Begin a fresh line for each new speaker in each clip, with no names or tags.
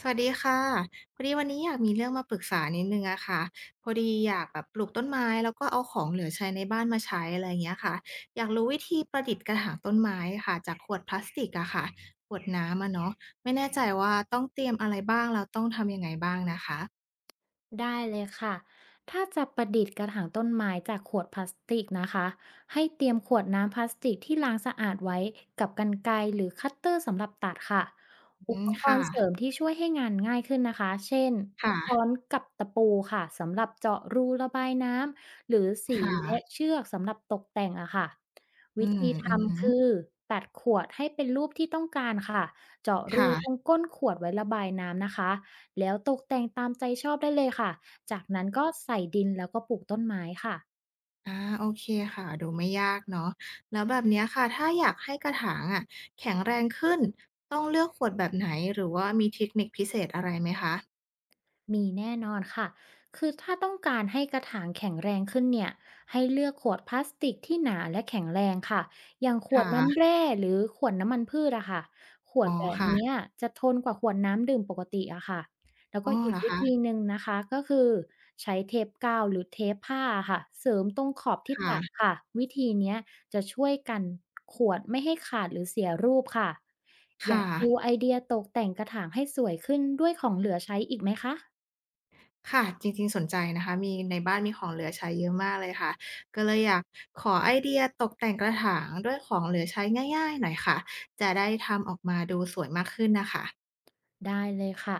สวัสดีค่ะพอดีวันนี้อยากมีเรื่องมาปรึกษานิดหนึ่งอะค่ะพอดีอยากแบบปลูกต้นไม้แล้วก็เอาของเหลือใช้ในบ้านมาใช้อะไรอย่างเงี้ยค่ะอยากรู้วิธีประดิษฐ์กระถางต้นไม้ค่ะจากขวดพลาสติกอะค่ะขวดน้ำอะเนาะไม่แน่ใจว่าต้องเตรียมอะไรบ้างแล้วต้องทำยังไงบ้างนะคะ
ได้เลยค่ะ ถ้าจะประดิษฐ์กระถางต้นไม้จากขวดพลาสติกนะคะ ให้เตรียมขวดน้ำพลาสติกที่ล้างสะอาดไว้กับกรรไกรหรือคัตเตอร์สำหรับตัดค่ะ
อื
อุ
ม
ปก
ค่ะ
รณ์เสริมที่ช่วยให้งานง่ายขึ้นนะคะเช่นค้อ
ค่ะ
นกับตะปูค่ะ สำหรับเจาะรูระบายน้ำ หรือสี
ค
และ
่ะ
เชือกสำหรับตกแต่งอะค่ะ
อื
วิ
ม
ธีท
อือฮึ
ำคือตัดขวดให้เป็นรูปที่ต้องการค่ะเจาะรูตร
ค่ะ
งก้นขวดไว้ระบายน้ำนะคะ แล้วตกแต่งตามใจชอบได้เลยค่ะ จากนั้นก็ใส่ดินแล้วก็ปลูกต้นไม้ค่ะ
อาโอเคค่ะดูไม่ยากเนาะแล้วแบบเนี้ยค่ะถ้าอยากให้กระถางอะแข็งแรงขึ้นต้องเลือกขวดแบบไหนหรือว่ามีเทคนิคพิเศษอะไรไหมคะ
มีแน่นอนค่ะคือถ้าต้องการให้กระถางแข็งแรงขึ้นเนี่ยให้เลือกขวดพลาสติกที่หนาและแข็งแรงค่ะอย่างขวดน้ำ
ค่ะ
แร่หรือขวดน้ำมันพืชอะค่ะขว
อ๋อ
ดแบบ
ค่ะ
เนี้ยจะทนกว่าขวดน้ำดื่มปกติอะค่ะแล้ว
อ๋อ
ก็อี
เห
ก
รอ
วิธี
คะ
หนึ่งนะคะก็คือใช้เทปกาวหรือเทปผ้าค่ะเสริมตรงขอบที่
ค่ะ
ตัดค่ะวิธีเนี้ยจะช่วยกันขวดไม่ให้ขาดหรือเสียรูปค่ะอ
ค่ะ
ยากดูไอเดียตกแต่งกระถางให้สวยขึ้นด้วยของเหลือใช้อีกไหมคะ
ค่ะจริงๆสนใจนะคะมีในบ้านมีของเหลือใช้เยอะมากเลยค่ะก็เลยอยากขอไอเดียตกแต่งกระถางด้วยของเหลือใช้ง่ายๆหน่อยค่ะจะได้ทำออกมาดูสวยมากขึ้นน่ะค่ะ
ได้เลยค่ะ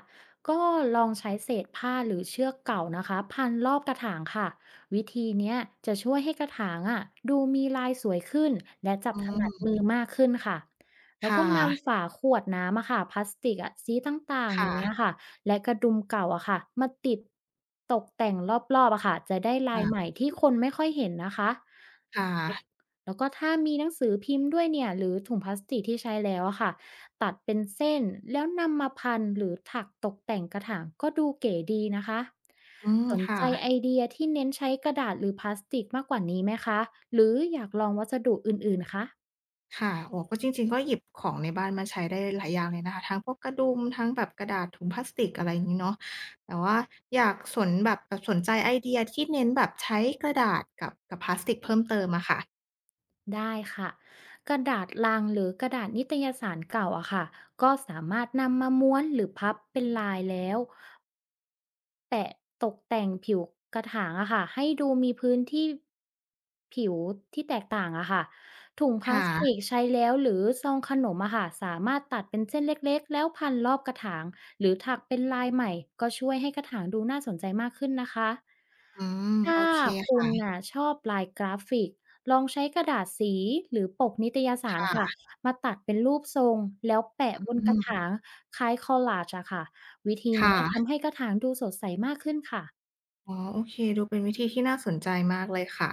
ก็ลองใช้เศษผ้าหรือเชือกเก่านะคะพันรอบกระถางค่ะวิธีเนี้ยจะช่วยให้กระถางอ่ะดูมีลายสวยขึ้นและจับ
อื
ถนัดมือ
ม
มากขึ้นค่ะแล้วก็
ค่ะ
นำฝาขวดน้ำอะค่ะพลาสติกอะสีต่างๆอย่างเงี้ย
ค่ะ
ค่ะและกระดุมเก่าอะค่ะมาติดตกแต่งรอบๆอะค่ะจะได้ลาย
อา
ใหม่
โอเค
ที่คนไม่ค่อยเห็นนะคะ
ค่
แล้ว
ะ
แล้วก็ถ้ามีหนังสือพิมพ์ด้วยเนี่ยหรือถุงพลาสติกที่ใช้แล้วอะค่ะ ตัดเป็นเส้นแล้วนำมาพันหรือถักตกแต่งกระถางก็ดูเก๋ดีนะคะ
อืม
สน
ค่ะ
ใจไอเดียที่เน้นใช้กระดาษหรือพลาสติกมากกว่านี้ไหมคะหรืออยากลองวัสดุอื่นๆคะ
ค่ะโอ้ก็จริงๆก็หยิบของในบ้านมาใช้ได้หลายอย่างเลยนะคะทั้งพวกกระดุม ทั้งแบบกระดาษถุงพลาสติกอะไรอย่างงี้เนาะแต่ว่าอยากสนแบบสนใจไอเดียที่เน้นแบบใช้กระดาษกับพลาสติกเพิ่มเติมอะค่ะ
ได้ค่ะกระดาษลังหรือกระดาษนิตยสารเก่าอะค่ะก็สามารถนำมาม้วนหรือพับเป็นลายแล้ว แตะตกแต่งผิวกระถางอะค่ะให้ดูมีพื้นที่ผิวที่แตกต่างอะค่ะถุงพลา
ค่ะ
สติกใช้แล้วหรือซองขนมอะค่ะสามารถตัดเป็นเส้นเล็กๆแล้วพันรอบกระถางหรือถักเป็นลายใหม่ก็ช่วยให้กระถางดูน่าสนใจมากขึ้นนะคะ
อืมโอ
ถ้า
เค
คุณ
ค่ะ
น่ะชอบลายกราฟิกลองใช้กระดาษสีหรือปกนิตยสารอะค่ะ
ค่ะ
มาตัดเป็นรูปทรงแล้วแปะบน
อื
กระ
ม
ถางคล้ายคอลลาจอะค่ะวิธีนี้
ค่ะ
ทำให้กระถางดูสดใสมากขึ้นค่ะ
อ๋อโอเค ดูเป็นวิธีที่น่าสนใจมากเลยค่ะ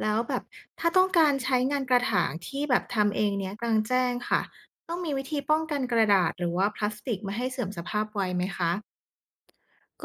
แล้วแบบถ้าต้องการใช้งานกระถางที่แบบทำเองเนี้ยกลางแจ้งค่ะ ต้องมีวิธีป้องกันกระดาษหรือว่าพลาสติกไม่ให้เสื่อมสภาพไวไหมคะ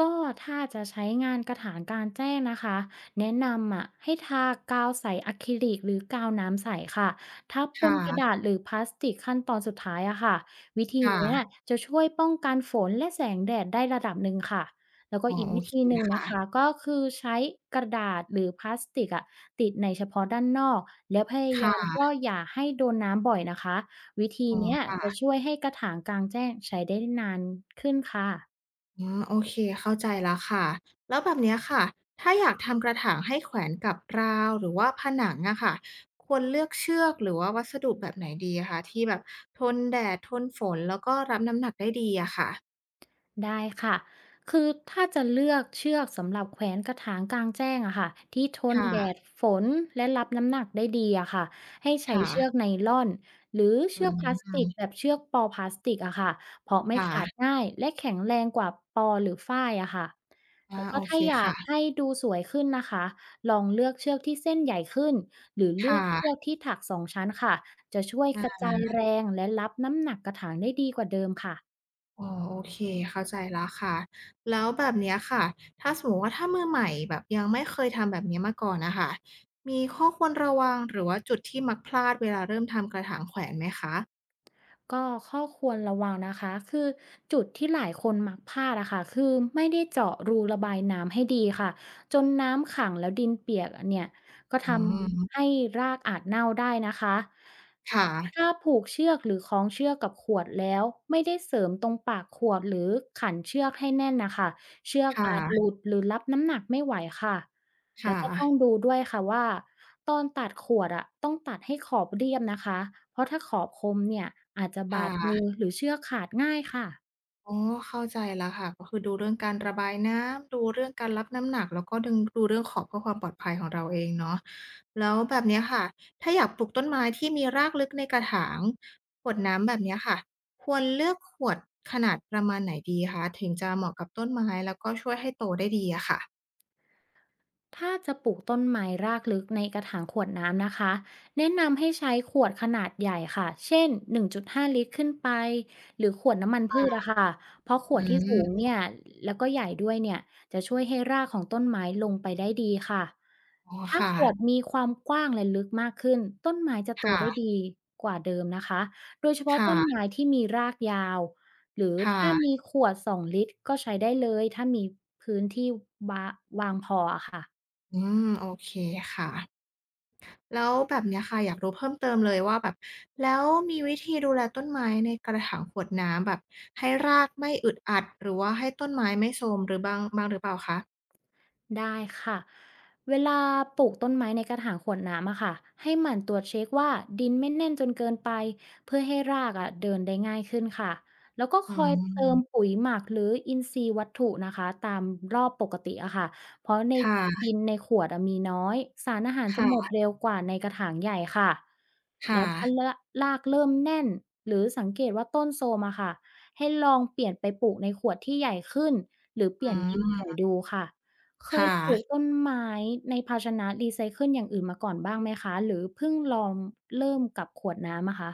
ก็ถ้าจะใช้งานกระถางกลางแจ้งนะคะแนะนำอะให้ทากาวใสอะคริลิกหรือกาวน้ำใสค่ะทับ
ค
บนกระดาษ
่ะ
หรือพลาสติกขั้นตอนสุดท้ายอะค่ะวิธีเนี้ย
ค่ะ
จะช่วยป้องกันฝนและแสงแดดได้ระดับหนึ่งค่ะแล้วก็
อ๋อ
อีก
โอ
วิ
เค
ธีหนึ่งนะคะ
ค่ะ
ก็คือใช้กระดาษหรือพลาสติกอะติดในเฉพาะด้านนอกแล้วพยายาม
ค่ะ
ก็อย่าให้โดนน้ำบ่อยนะคะวิธี
อ๋อ
เนี้ยจะ
ค่ะ
ช่วยให้กระถางกลางแจ้งใช้ได้นานขึ้นค่ะ
อืมโอเคเข้าใจแล้วค่ะ แล้วแบบเนี้ยค่ะ ถ้าอยากทำกระถางให้แขวนกับราวหรือว่าผนังอะค่ะ ควรเลือกเชือกหรือว่าวัสดุแบบไหนดีอะคะที่แบบทนแดดทนฝนแล้วก็รับน้ำหนักได้ดีอะค่ะ
ได้ค่ะ คือถ้าจะเลือกเชือกสำหรับแขวนกระถางกลางแจ้งอะค่ะที่ทนแดด
ค่ะ
ฝนและรับน้ำหนักได้ดีอะค่ะให้ใช้เชือก
ค่ะ
ไนลอนหรือ
อื
เชือกพลาส
ม
ติกแบบเชือกปอพลาสติกอะค่ะเพราะ
ค
ไม่ขาด
่ะ
ง่ายและแข็งแรงกว่าปอหรือฝ้ายอะค่ะแล้
อา
วก็
โอเค
ถ้าอยาก
ค่ะ
ให้ดูสวยขึ้นนะคะลองเลือกเชือกที่เส้นใหญ่ขึ้นหรือ
ค
เลือกเชือก
่ะ
ที่ถักสองชั้นค่ะจะช่วย
อ
กระ
า
จายแรงและรับน้ำหนักกระถางได้ดีกว่าเดิมค่ะ
อ๋อโอเคเข้าใจแล้วค่ะแล้วแบบเนี้ยค่ะถ้าสมมุติว่าถ้ามือใหม่แบบยังไม่เคยทำแบบนี้มาก่อนนะคะมีข้อควรระวังหรือว่าจุดที่มักพลาดเวลาเริ่มทำกระถางแขวนไหมคะ
ก็ข้อควรระวังนะคะคือจุดที่หลายคนมักพลาดอะค่ะคือไม่ได้เจาะรูระบายน้ำให้ดีค่ะจนน้ำขังแล้วดินเปียกเนี่ยก็ท
อื
ำให้
ม
รากอาจเน่าได้นะคะ
ค่ะ
ถ้าผูกเชือกหรือคล้องเชือกกับขวดแล้วไม่ได้เสริมตรงปากขวดหรือขันเชือกให้แน่นนะคะเชือก
ค
อาจห
่ะ
ลุดหรือรับน้ำหนักไม่ไหวค่ะ แล้ว
ค่ะ
ก็ต้องดูด้วยค่ะว่าตอนตัดขวดอะต้องตัดให้ขอบเรียบนะคะเพราะถ้าขอบคมเนี่ยอาจจะ
ค
บาดมือ
่ะ
หรือเชือกขาดง่ายค่ะ
อ๋อเข้าใจแล้วค่ะก็คือดูเรื่องการระบายน้ำดูเรื่องการรับน้ำหนักแล้วก็ดึงดูเรื่องขอบเพื่อความปลอดภัยของเราเองเนาะแล้วแบบเนี้ยค่ะถ้าอยากปลูกต้นไม้ที่มีรากลึกในกระถางขวดน้ำแบบเนี้ยค่ะควรเลือกขวดขนาดประมาณไหนดีคะถึงจะเหมาะกับต้นไม้แล้วก็ช่วยให้โตได้ดีอะค่ะ
ถ้าจะปลูกต้นไม้รากลึกในกระถางขวดน้ำนะคะแนะนำให้ใช้ขวดขนาดใหญ่ค่ะเช่น1.5 ลิตรขึ้นไปหรือขวดน้ำมันพืช
ค่ะ
อะค่ะเพราะข
อื
วดที่สูง
ม
เนี่ยแล้วก็ใหญ่ด้วยเนี่ยจะช่วยให้รากของต้นไม้ลงไปได้ดีค่ะ
อ๋อ
ถ้า
ค่ะ
ขวดมีความกว้างและลึกมากขึ้นต้นไม้จะโตได้
ค่ะ
ดีกว่าเดิมนะคะโดยเฉพาะต้น
ค่ะ
ไม้ที่มีรากยาวหรือ
ค
ถ้ามี
่ะ
ขวด2 ลิตรก็ใช้ได้เลยถ้ามีพื้นที่วาวางพออะค่ะ
อืมโอเคค่ะ แล้วแบบเนี้ยค่ะอยากรู้เพิ่มเติมเลยว่าแบบแล้วมีวิธีดูแลต้นไม้ในกระถางขวดน้ำแบบให้รากไม่อึดอัดหรือว่าให้ต้นไม้ไม่โทรมหรือบ้างหรือเปล่าคะ
ได้ค่ะ เวลาปลูกต้นไม้ในกระถางขวดน้ำอะค่ะ ให้หมั่นตรวจเช็คว่าดินไม่แน่นจนเกินไปเพื่อให้รากอะเดินได้ง่ายขึ้นค่ะ แล้วก็ค
อื
อยเติม
ม
ปุ๋ยหมักหรืออินทรีย์วัตถุนะคะตามรอบปกติอะค่ะเพราะใน
ค่ะ
ดินในขวดอะมีน้อยสารอาหารจะหมด
ค่ะ
เร็วกว่าในกระถางใหญ่ค่ะ
ค่ะ
แล้วถ้ารากเริ่มแน่นหรือสังเกตว่าต้นโทรมอะค่ะให้ลองเปลี่ยนไปปลูกในขวดที่ใหญ่ขึ้นหรือเป
อื
ลี่ยนดินใหม่
ม
ดูค่ะเคย
ค่ะ
ปลูกต้นไม้ในภาชนะรีไซเคิลอย่างอื่นมาก่อนบ้างไหมคะหรือเพิ่งลองเริ่มกับขวดน้ำอะคะ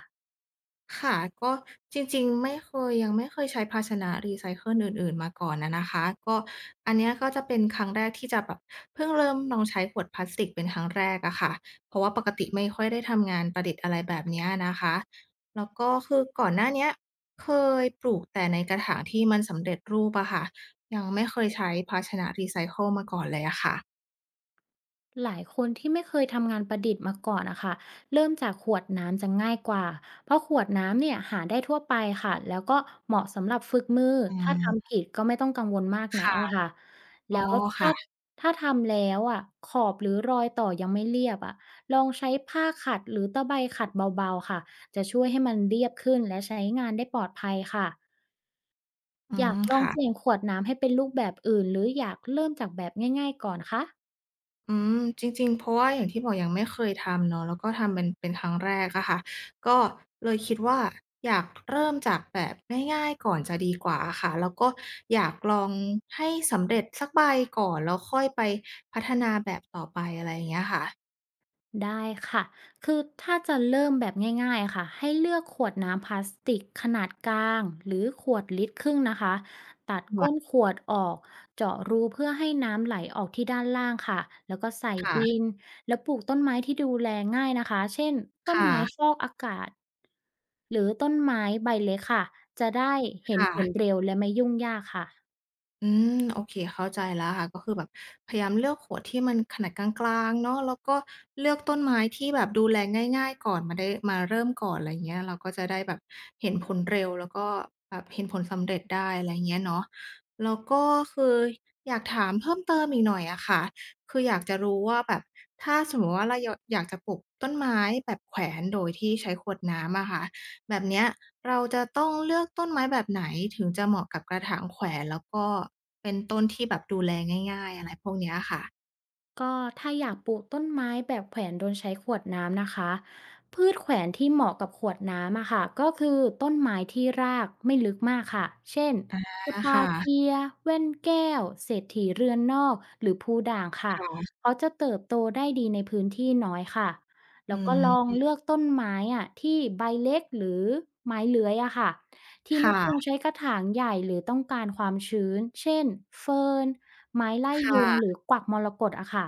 ค่ะก็จริงๆไม่เคยยังไม่เคยใช้ภาชนะรีไซเคิลอื่นๆมาก่อนอะนะคะก็อันเนี้ยก็จะเป็นครั้งแรกที่จะแบบเพิ่งเริ่มลองใช้ขวดพลาสติกเป็นครั้งแรกอะค่ะเพราะว่าปกติไม่ค่อยได้ทำงานประดิษฐ์อะไรแบบเนี้ยนะคะแล้วก็คือก่อนหน้าเนี้ยเคยปลูกแต่ในกระถางที่มันสำเร็จรูปอะค่ะยังไม่เคยใช้ภาชนะรีไซเคิลมาก่อนเลยอะค่ะ
หลายคนที่ไม่เคยทำงานประดิษฐ์มาก่อนนะคะเริ่มจากขวดน้ำจะง่ายกว่าเพราะขวดน้ำเนี่ยหาได้ทั่วไปค่ะแล้วก็เหมาะสำหรับฝึกมือ
อื
ถ้าทำ
ม
ผิดก็ไม่ต้องกังวลมากนัก
ค่ะ
แล้วค่ะ
อ๋อ
แล้วถ้า
ค่ะ
ถ้าทำแล้วอะขอบหรือรอยต่อยังไม่เรียบอะลองใช้ผ้าขัดหรือตะไบขัดเบาๆค่ะจะช่วยให้มันเรียบขึ้นและใช้งานได้ปลอดภัยค่ะ
อื
อยาก
ม
ลอง
ค่ะ
เปลี่ยนขวดน้ำให้เป็นรูปแบบอื่นหรืออยากเริ่มจากแบบง่ายๆก่อนคะ
อืมจริงๆ เพราะว่าอย่างที่บอกยังไม่เคยทำเนาะแล้วก็ทำเป็นครั้งแรกอะค่ะก็เลยคิดว่าอยากเริ่มจากแบบง่ายๆก่อนจะดีกว่าอะค่ะ แล้วก็อยากลองให้สำเร็จสักใบก่อน แล้วค่อยไปพัฒนาแบบต่อไปอะไรอย่างเงี้ยค่ะ
ได้ค่ะคือถ้าจะเริ่มแบบง่ายๆค่ะให้เลือกขวดน้ำพลาสติกขนาดกลางหรือขวดลิตรครึ่งนะคะตัดก้นขวดออกเจาะรูเพื่อให้น้ำไหลออกที่ด้านล่างค่ะแล้วก็ใส่ดิน
ค่ะ
แล้วปลูกต้นไม้ที่ดูแลง่ายนะคะเช่นต้
ค
นไม้ฟ
่ะ
อกอากาศหรือต้นไม้ใบเล็กค่ะจะได้เห็น
ค่ะ
ผลเร็วและไม่ยุ่งยากค่ะ
อืมโอเคเข้าใจแล้วค่ะก็คือแบบพยายามเลือกขวดที่มันขนาดกลางๆเนาะแล้วก็เลือกต้นไม้ที่แบบดูแลง่ายๆก่อนมาได้มาเริ่มก่อนอะไรเงี้ยเราก็จะได้แบบเห็นผลเร็วแล้วก็แบบเห็นผลสำเร็จได้อะไรเงี้ยเนาะแล้วก็คืออยากถามเพิ่มเติมอีกหน่อยอะค่ะคืออยากจะรู้ว่าแบบถ้าสมมุติว่าเรายอยากจะปลูกต้นไม้แบบแขวนโดยที่ใช้ขวดน้ำอะค่ะ แบบเนี้ยเราจะต้องเลือกต้นไม้แบบไหนถึงจะเหมาะกับกระถางแขวนแล้วก็เป็นต้นที่แบบดูแลง่ายๆอะไรพวกเนี้ยค่ะ
ก็ถ้าอยากปลูกต้นไม้แบบแขวนโดยใช้ขวดน้ำนะคะพืชแขวนที่เหมาะกับขวดน้ำอะค่ะก็คือต้นไม้ที่รากไม่ลึกมากค่ะเช่นส
อาค
ปาเที
่ะ
ยแว่นแก้วเศรษฐีเรือนนอกหรือพูด่างค่ะ
ค่ะ
เขาจะเติบโตได้ดีในพื้นที่น้อยค่ะ
อื
แล้วก็ลอง
ม
เลือกต้นไม้อะที่ใบเล็กหรือไม้เลื้อยอะค่ะที่ไม่ต้อง
ค่ะ
ใช้กระถางใหญ่หรือต้องการความชื้นเช่นเฟิร์น ไม้ไล่
ค
ยุงหรือ
่ะ
กวักมรกตอะค่ะ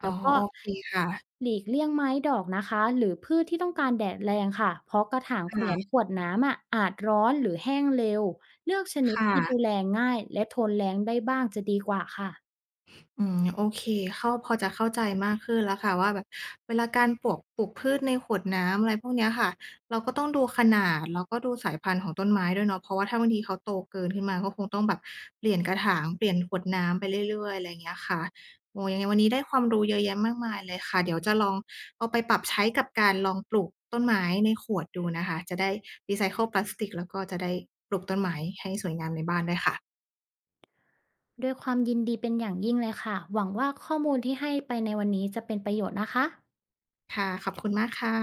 อ๋อ
แล้วก็
โอเคค่ะ
หลีกเลี่ยงไม้ดอกนะคะหรือพืชที่ต้องการแดดแรงค่ะ เพราะกระถางแขว
ค่ะ
นขวดน้ำอะอาจร้อนหรือแห้งเร็ว เลือกชนิดที่ดู
ค่ะ
แลง่ายและทนแรงได้บ้างจะดีกว่าค่ะ
อืมโอเคเข้าพอจะเข้าใจมากขึ้นแล้วค่ะว่าแบบเวลาการปลูกพืชในขวดน้ำอะไรพวกเนี้ยค่ะเราก็ต้องดูขนาดแล้วก็ดูสายพันธุ์ของต้นไม้ด้วยเนาะเพราะว่าถ้าบางทีเขาโตเกินขึ้นมาก็คงต้องแบบเปลี่ยนกระถางเปลี่ยนขวดน้ำไปเรื่อยๆอะไรอย่างเงี้ยค่ะโอ้โฮยังไงวันนี้ได้ความรู้เยอะแยะมากมายเลยค่ะเดี๋ยวจะลองเอาไปปรับใช้กับการลองปลูกต้นไม้ในขวดดูนะคะจะได้รีไซเคิลพลาสติกแล้วก็จะได้ปลูกต้นไม้ให้สวยงามในบ้านด้วยค่ะ
ด้วยความยินดีเป็นอย่างยิ่งเลยค่ะหวังว่าข้อมูลที่ให้ไปในวันนี้จะเป็นประโยชน์นะคะ
ค่ะขอบคุณมากค่ะ